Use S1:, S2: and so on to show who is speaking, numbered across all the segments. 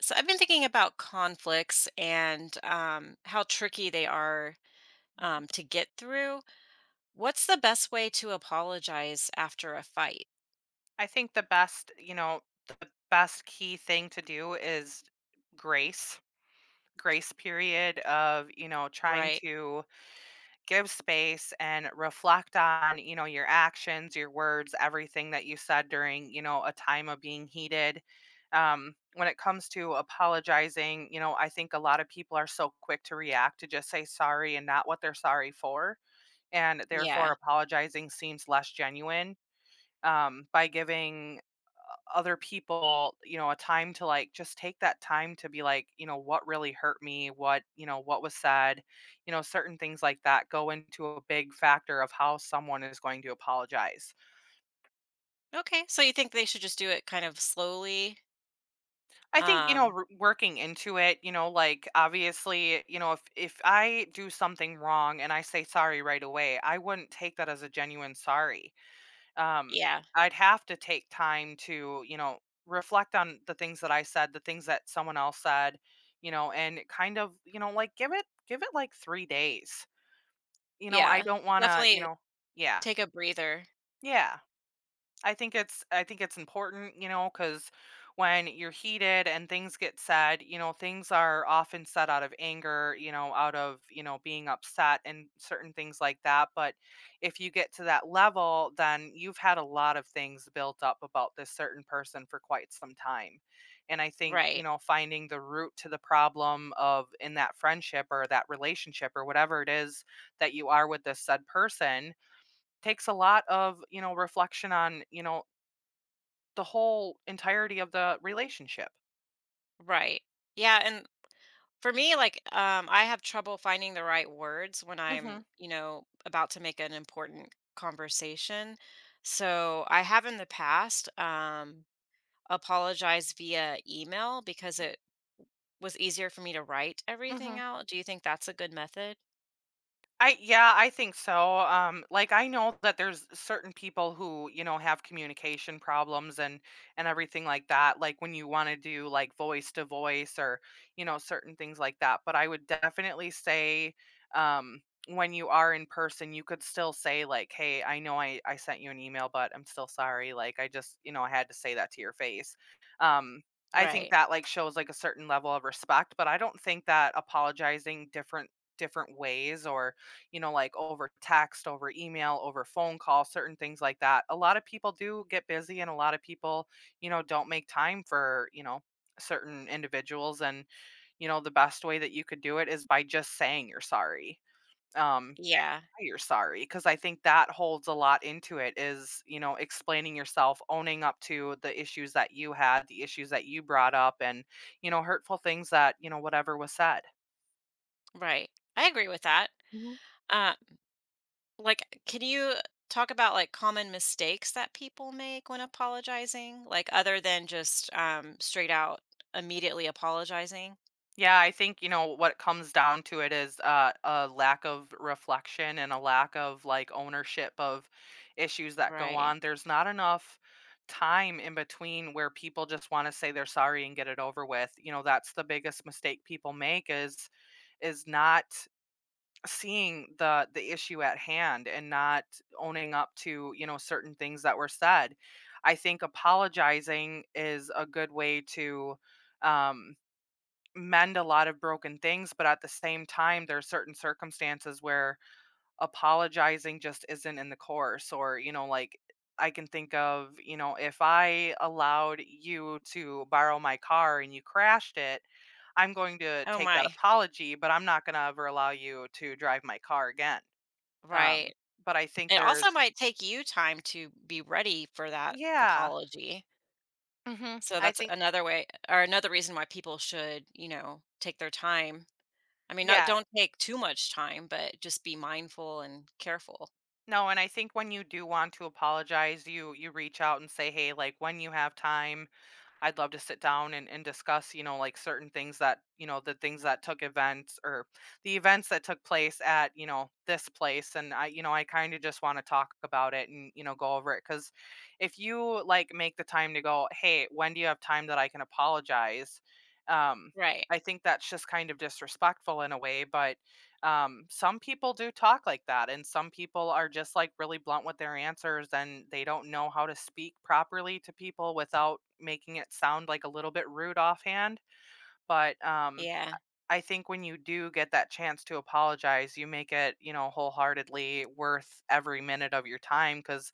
S1: So I've been thinking about conflicts and how tricky they are
S2: Mhm.
S1: to get through. What's the best way to apologize after a fight?
S2: I think the best, you know, the best key thing to do is grace, grace period of, you know, trying
S1: Right.
S2: to give space and reflect on you know your actions, your words, everything that you said during you know a time of being heated. When it comes to apologizing, you know, I think a lot of people are so quick to react to just say sorry and not what they're sorry for, and therefore
S1: Yeah.
S2: apologizing seems less genuine. By giving other people, you know, a time to, like, just take that time to be like, you know, what really hurt me? What, you know, what was said? You know, certain things like that go into a big factor of how someone is going to apologize.
S1: Okay. So you think they should just do it kind of slowly?
S2: I think, you know,
S1: Um,
S2: working into it, you know, like obviously, you know, if I do something wrong and I say sorry right away, I wouldn't take that as a genuine sorry. Um,
S1: yeah.
S2: I'd have to take time to, you know, reflect on the things that I said, the things that someone else said, you know, and kind of, you know, like give it like 3 days. You know, I
S1: Yeah.
S2: don't want to, you
S1: Definitely
S2: know. Yeah.
S1: take a breather.
S2: Yeah. I think it's important, you know, because when you're heated and things get said, you know, things are often said out of anger, you know, out of, you know, being upset and certain things like that. But if you get to that level, then you've had a lot of things built up about this certain person for quite some time. And I think, you
S1: Right.
S2: know, finding the root to the problem of in that friendship or that relationship or whatever it is that you are with this said person takes a lot of you know reflection on you know the whole entirety of the relationship.
S1: Right. Yeah. And For me, I have trouble finding the right words when I'm,
S2: Mhm.
S1: you know, about to make an important conversation. So I have in the past apologized via email because it was easier for me to write
S2: Mhm.
S1: everything out. Do you think that's a good method?
S2: I yeah, I think so. Like I know that there's certain people who you know have communication problems and everything like that. Like when you want to do like voice to voice or you know certain things like that. But I would definitely say um, when you are in person, you could still say like, "Hey, I know I sent you an email, but I'm still sorry. Like I just you know I had to say that to your face." Um, I think
S1: Right.
S2: that like shows like a certain level of respect, but I don't think that apologizing different different ways or you know, like over text, over email, over phone call, certain things like that. A lot of people do get busy and a lot of people, you know, don't make time for, you know, certain individuals. And, you know, the best way that you could do it is by just saying you're sorry. Um,
S1: Yeah.
S2: why you're sorry, because I think that holds a lot into it is, you know, explaining yourself, owning up to the issues that you had, the issues that you brought up, and, you know, hurtful things that, you know, whatever was said.
S1: Right. I agree with that. Uh, like, can you talk about like common mistakes that people make when apologizing? Like, other than just straight out immediately apologizing?
S2: Yeah, I think, you know, what it comes down to it is a lack of reflection and a lack of like ownership of issues that go
S1: Right.
S2: on. There's not enough time in between where people just want to say they're sorry and get it over with. You know, that's the biggest mistake people make is not seeing the issue at hand and not owning up to, you know, certain things that were said. I think apologizing is a good way to um mend a lot of broken things, but at the same time, there are certain circumstances where apologizing just isn't in the course. Or, you know, like I can think of, you know, if I allowed you to borrow my car and you crashed it, I'm going to
S1: Oh
S2: take that
S1: my.
S2: apology, but I'm not going to ever allow you to drive my car again. Um,
S1: Right.
S2: but I think
S1: It also
S2: there's,
S1: might take you time to be ready for that
S2: yeah,
S1: apology. So
S2: I
S1: that's
S2: think,
S1: another way or another reason why people should, you know, take their time. I mean, not
S2: yeah,
S1: don't take too much time, but just be mindful and careful.
S2: no, and I think when you do want to apologize, you reach out and say, hey, like when you have time, I'd love to sit down and discuss, you know, like certain things that, you know, the things that took events or the events that took place at, you know, this place. And I, you know, I kind of just want to talk about it and, you know, go over it. Cause if you like make the time to go, hey, when do you have time that I can apologize? Um,
S1: Right.
S2: I think that's just kind of disrespectful in a way, but some people do talk like that, and some people are just like really blunt with their answers, and they don't know how to speak properly to people without making it sound like a little bit rude offhand. But
S1: Yeah.
S2: I think when you do get that chance to apologize, you make it, you know, wholeheartedly worth every minute of your time because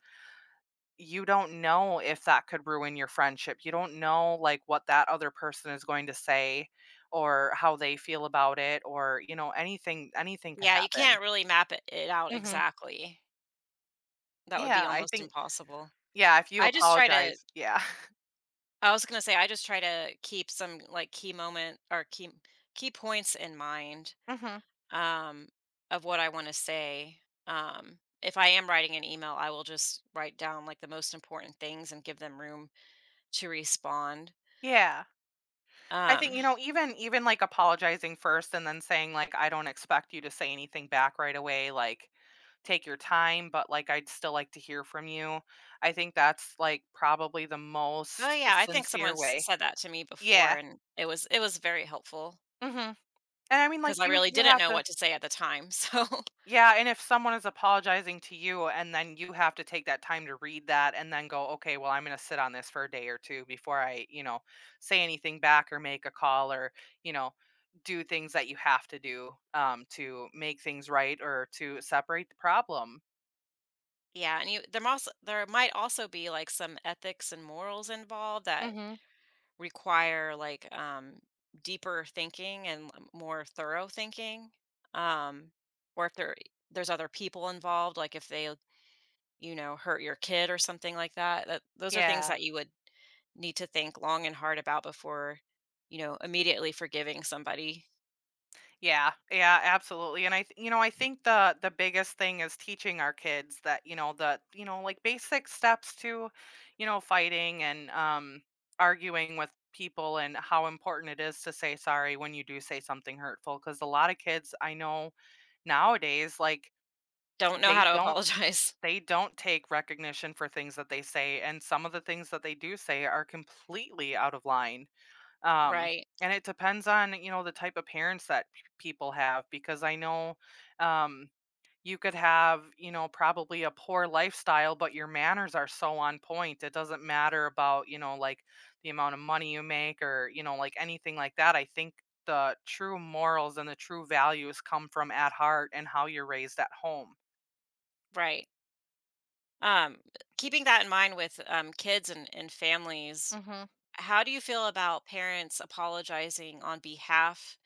S2: you don't know if that could ruin your friendship. You don't know like what that other person is going to say or how they feel about it or, you know, anything could
S1: Yeah, you
S2: happen.
S1: can't really map it out
S2: Mhm.
S1: exactly. That would be
S2: Yeah, I
S1: almost
S2: think
S1: impossible.
S2: yeah, if you
S1: I just try to
S2: apologize, yeah.
S1: I was going to say I just try to keep some like key moment or key points in mind,
S2: Mhm.
S1: um, of what I want to say. If I am writing an email, I will just write down like the most important things and give them room to respond.
S2: Yeah. I think,
S1: Um,
S2: you know, even like apologizing first and then saying like, I don't expect you to say anything back right away, like take your time, but like I'd still like to hear from you. I think that's like probably the
S1: oh
S2: most
S1: yeah, I think
S2: sincere
S1: someone's
S2: way.
S1: said that to me before,
S2: Yeah.
S1: and it was very helpful
S2: Mhm. And I mean
S1: because
S2: like
S1: I
S2: you
S1: really
S2: you
S1: didn't
S2: have
S1: know
S2: to.
S1: what to say at the time. So
S2: Yeah, and if someone is apologizing to you and then you have to take that time to read that and then go, okay, well, I'm going to sit on this for a day or two before I, you know, say anything back or make a call or, you know, do things that you have to do to make things right or to separate the problem.
S1: yeah, and you there must there might also be like some ethics and morals involved that
S2: hmm.
S1: require like deeper thinking and more thorough thinking, um or if there's other people involved like if they, you know, hurt your kid or something like that, that those are things
S2: Yeah.
S1: that you would need to think long and hard about before, you know, immediately forgiving somebody.
S2: Yeah, yeah, absolutely. And you know, I think the biggest thing is teaching our kids that, you know, the you know, like basic steps to, you know, fighting and arguing with people and how important it is to say sorry when you do say something hurtful because a lot of kids I know nowadays like
S1: Don't know how
S2: they
S1: to
S2: don't
S1: apologize.
S2: they don't take recognition for things that they say, and some of the things that they do say are completely out of line. um
S1: Right.
S2: and it depends on you know the type of parents that people have, because I know um you could have you know probably a poor lifestyle but your manners are so on point, it doesn't matter about you know like the amount of money you make or you know like anything like that. I think the true morals and the true values come from at heart and how you're raised at home.
S1: Right. um keeping that in mind with kids and families.
S2: hmm.
S1: How do you feel about parents apologizing on behalf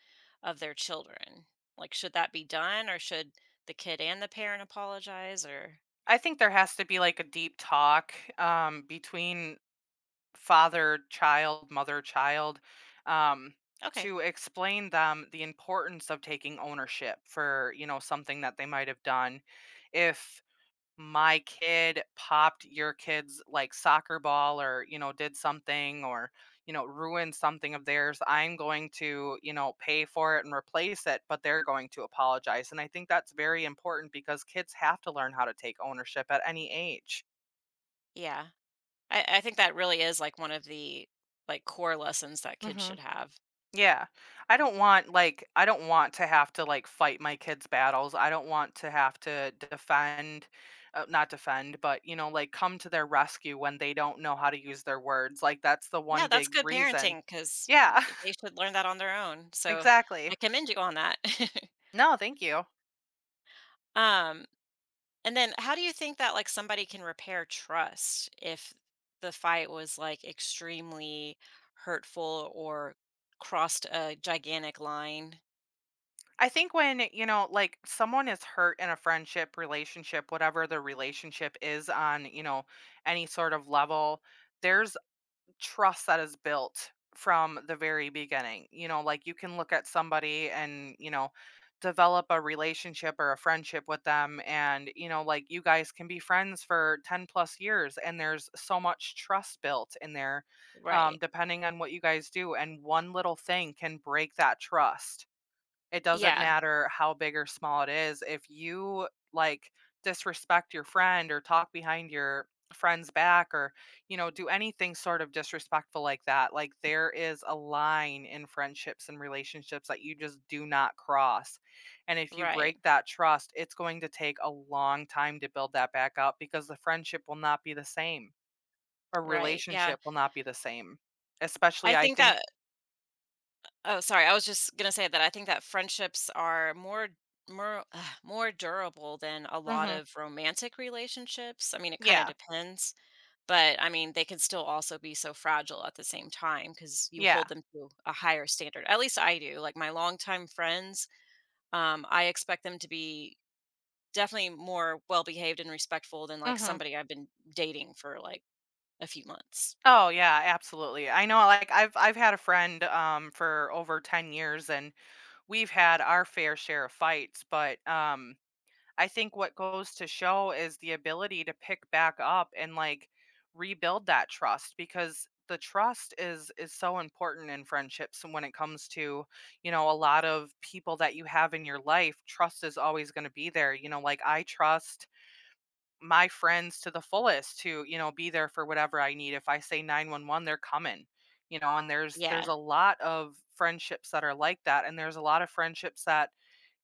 S1: of their children? Like, should that be done or should the kid and the parent apologize? Or,
S2: I think there has to be like a deep talk between father child, mother child, um,
S1: okay,
S2: to explain them the importance of taking ownership for, you know, something that they might have done. If my kid popped your kid's like soccer ball or, you know, did something or, you know, ruined something of theirs, I'm going to, you know, pay for it and replace it, but they're going to apologize. And I think that's very important because kids have to learn how to take ownership at any age.
S1: yeah. I think that really is like one of the like core lessons that kids
S2: hmm.
S1: should have.
S2: Yeah. I don't want, like I don't want to have to, like, fight my kids' battles. I don't want to have to defend not defend, but, you know, like, come to their rescue when they don't know how to use their words. Like, that's the
S1: Yeah,
S2: one
S1: that's
S2: big
S1: good
S2: reason.
S1: parenting because
S2: Yeah.
S1: they should learn that on their own. So
S2: Exactly.
S1: I commend you on that.
S2: No, thank you.
S1: um, and then how do you think that like somebody can repair trust if the fight was like extremely hurtful or crossed a gigantic line?
S2: I think when, you know, like, someone is hurt in a friendship, relationship, whatever the relationship is on, you know, any sort of level, there's trust that is built from the very beginning. You know, like you can look at somebody and, you know, develop a relationship or a friendship with them and, you know, like you guys can be friends for 10 plus years and there's so much trust built in there
S1: Right.
S2: depending on what you guys do, and one little thing can break that trust. It doesn't
S1: Yeah.
S2: matter how big or small it is. If you like disrespect your friend or talk behind your friend's back or, you know, do anything sort of disrespectful like that, like there is a line in friendships and relationships that you just do not cross. And if you
S1: Right.
S2: break that trust, it's going to take a long time to build that back up because the friendship will not be the same or
S1: Right. Yeah.
S2: relationship will not be the same. Especially,
S1: I
S2: I
S1: think
S2: think.
S1: that oh sorry, I was just going to say that I think that friendships are more, more more durable than a lot
S2: hmm.
S1: of romantic relationships. I mean, it kind of
S2: Yeah.
S1: depends. But, I mean, they can still also be so fragile at the same time because you
S2: Yeah.
S1: hold them to a higher standard. At least I do. Like, my longtime friends, I expect them to be definitely more well behaved and respectful than, like,
S2: hmm.
S1: somebody I've been dating for, like, a few months.
S2: Oh yeah, absolutely. I know like I've had a friend for over 10 years, and we've had our fair share of fights, but I think what goes to show is the ability to pick back up and like rebuild that trust because the trust is so important in friendships. And when it comes to, you know, a lot of people that you have in your life, trust is always going to be there. You know, like I trust my friends to the fullest to, you know, be there for whatever I need. If I say 911, they're coming. You know, and there's
S1: Yeah.
S2: a lot of friendships that are like that, and there's a lot of friendships that,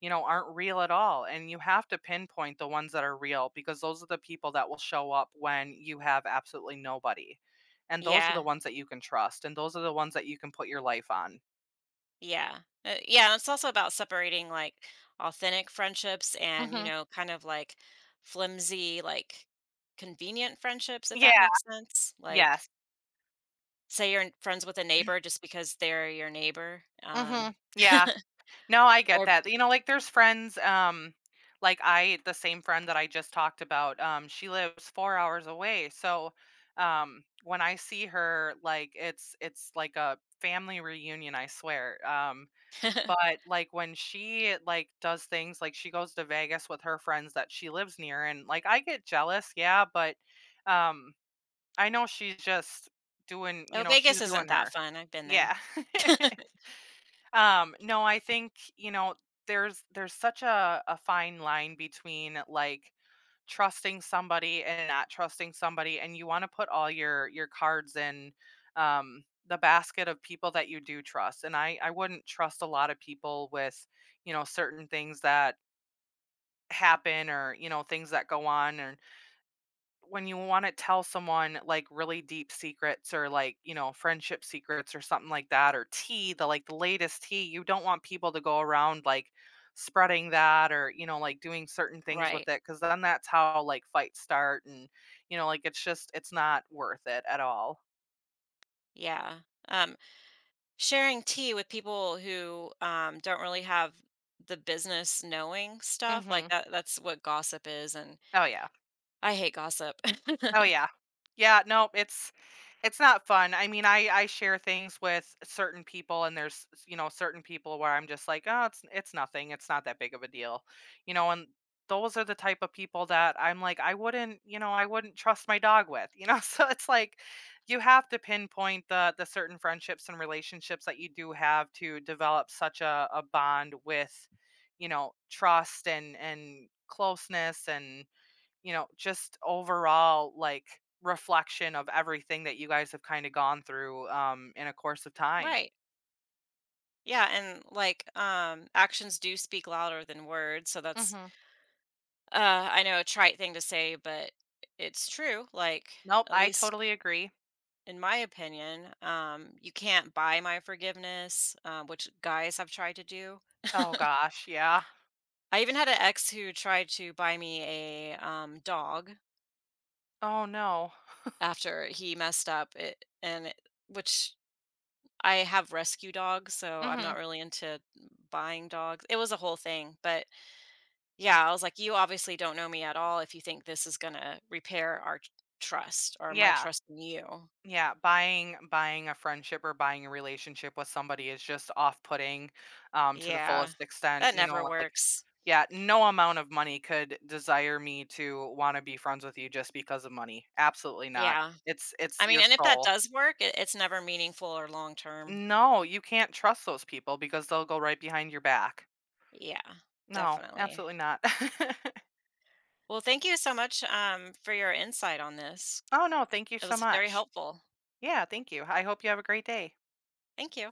S2: you know, aren't real at all, and you have to pinpoint the ones that are real because those are the people that will show up when you have absolutely nobody. And those are the
S1: Yeah.
S2: ones that you can trust, and those are the ones that you can put your life on.
S1: Yeah. Yeah, and it's also about separating, like, authentic friendships and, you
S2: Mhm.
S1: know, kind of, like, flimsy, like, convenient friendships, if
S2: Yeah,
S1: that makes sense.
S2: yes.
S1: Like say you're friends with a neighbor just because they're your neighbor,
S2: Mhm. Yeah. No, I get
S1: or
S2: that. You know, like there's friends, like I the same friend that I just talked about, she lives 4 hours away. So when I see her, like it's like a family reunion, I swear. But like when she like does things, like she goes to Vegas with her friends that she lives near, and like I get jealous, yeah, but um I know she's just doing, you
S1: oh,
S2: know, she's
S1: Vegas
S2: doing
S1: isn't that
S2: her.
S1: fun, I've been there.
S2: Yeah. No, I think, you know, there's such a fine line between like trusting somebody and not trusting somebody, and you want to put all your cards in the basket of people that you do trust. And I wouldn't trust a lot of people with, you know, certain things that happen or, you know, things that go on when you wanna tell someone, like, really deep secrets or, like, you know, friendship secrets or something like that, or tea, the, like, the latest tea. You don't want people to go around, like, spreading that or, you know, like, doing certain things with
S1: Right,
S2: it, because then that's how, like, fights start and, you know, like, it's just it's not worth it at all.
S1: yeah, um, sharing tea with people who, don't really have the business knowing stuff, like,
S2: Mhm.
S1: that's what gossip is, and
S2: Oh, yeah.
S1: I hate gossip.
S2: Oh, yeah. Yeah, no, it's not fun. I mean, I share things with certain people, and there's, you know, certain people where I'm just like, "Oh, it's nothing. It's not that big of a deal." You know, and those are the type of people that I'm like, I wouldn't, you know, I wouldn't trust my dog with, you know? So it's like you have to pinpoint the certain friendships and relationships that you do have to develop such a bond with, you know, trust and closeness, and you know, just overall like reflection of everything that you guys have kind of gone through in a course of time.
S1: Right, yeah, and, like, actions do speak louder than words, so that's,
S2: Mhm.
S1: I know a trite thing to say, but it's true, like,
S2: Nope,
S1: at
S2: I
S1: least
S2: totally agree.
S1: in my opinion, you can't buy my forgiveness, which guys have tried to do.
S2: Oh gosh, yeah.
S1: I even had an ex who tried to buy me a dog
S2: Oh no.
S1: after he messed up, which I have rescue dogs, so I'm
S2: Mhm.
S1: not really into buying dogs. It was a whole thing, but yeah, I was like, you obviously don't know me at all if you think this is gonna repair trust or my
S2: Yeah.
S1: trust in you.
S2: Yeah, buying a friendship or buying a relationship with somebody is just off-putting to the
S1: Yeah,
S2: fullest extent,
S1: that
S2: you
S1: never
S2: know, like
S1: works.
S2: yeah, no amount of money could desire me to want to be friends with you just because of money. Absolutely not.
S1: Yeah.
S2: It's
S1: I mean,
S2: your
S1: and if that
S2: soul.
S1: does work, it it's never meaningful or long term.
S2: No, you can't trust those people because they'll go right behind your back.
S1: Yeah,
S2: No,
S1: definitely.
S2: absolutely not.
S1: Well, thank you so much, for your insight on this.
S2: Oh, no, thank you
S1: It
S2: so
S1: was very
S2: much.
S1: helpful.
S2: Yeah, thank you. I hope you have a great day.
S1: Thank you.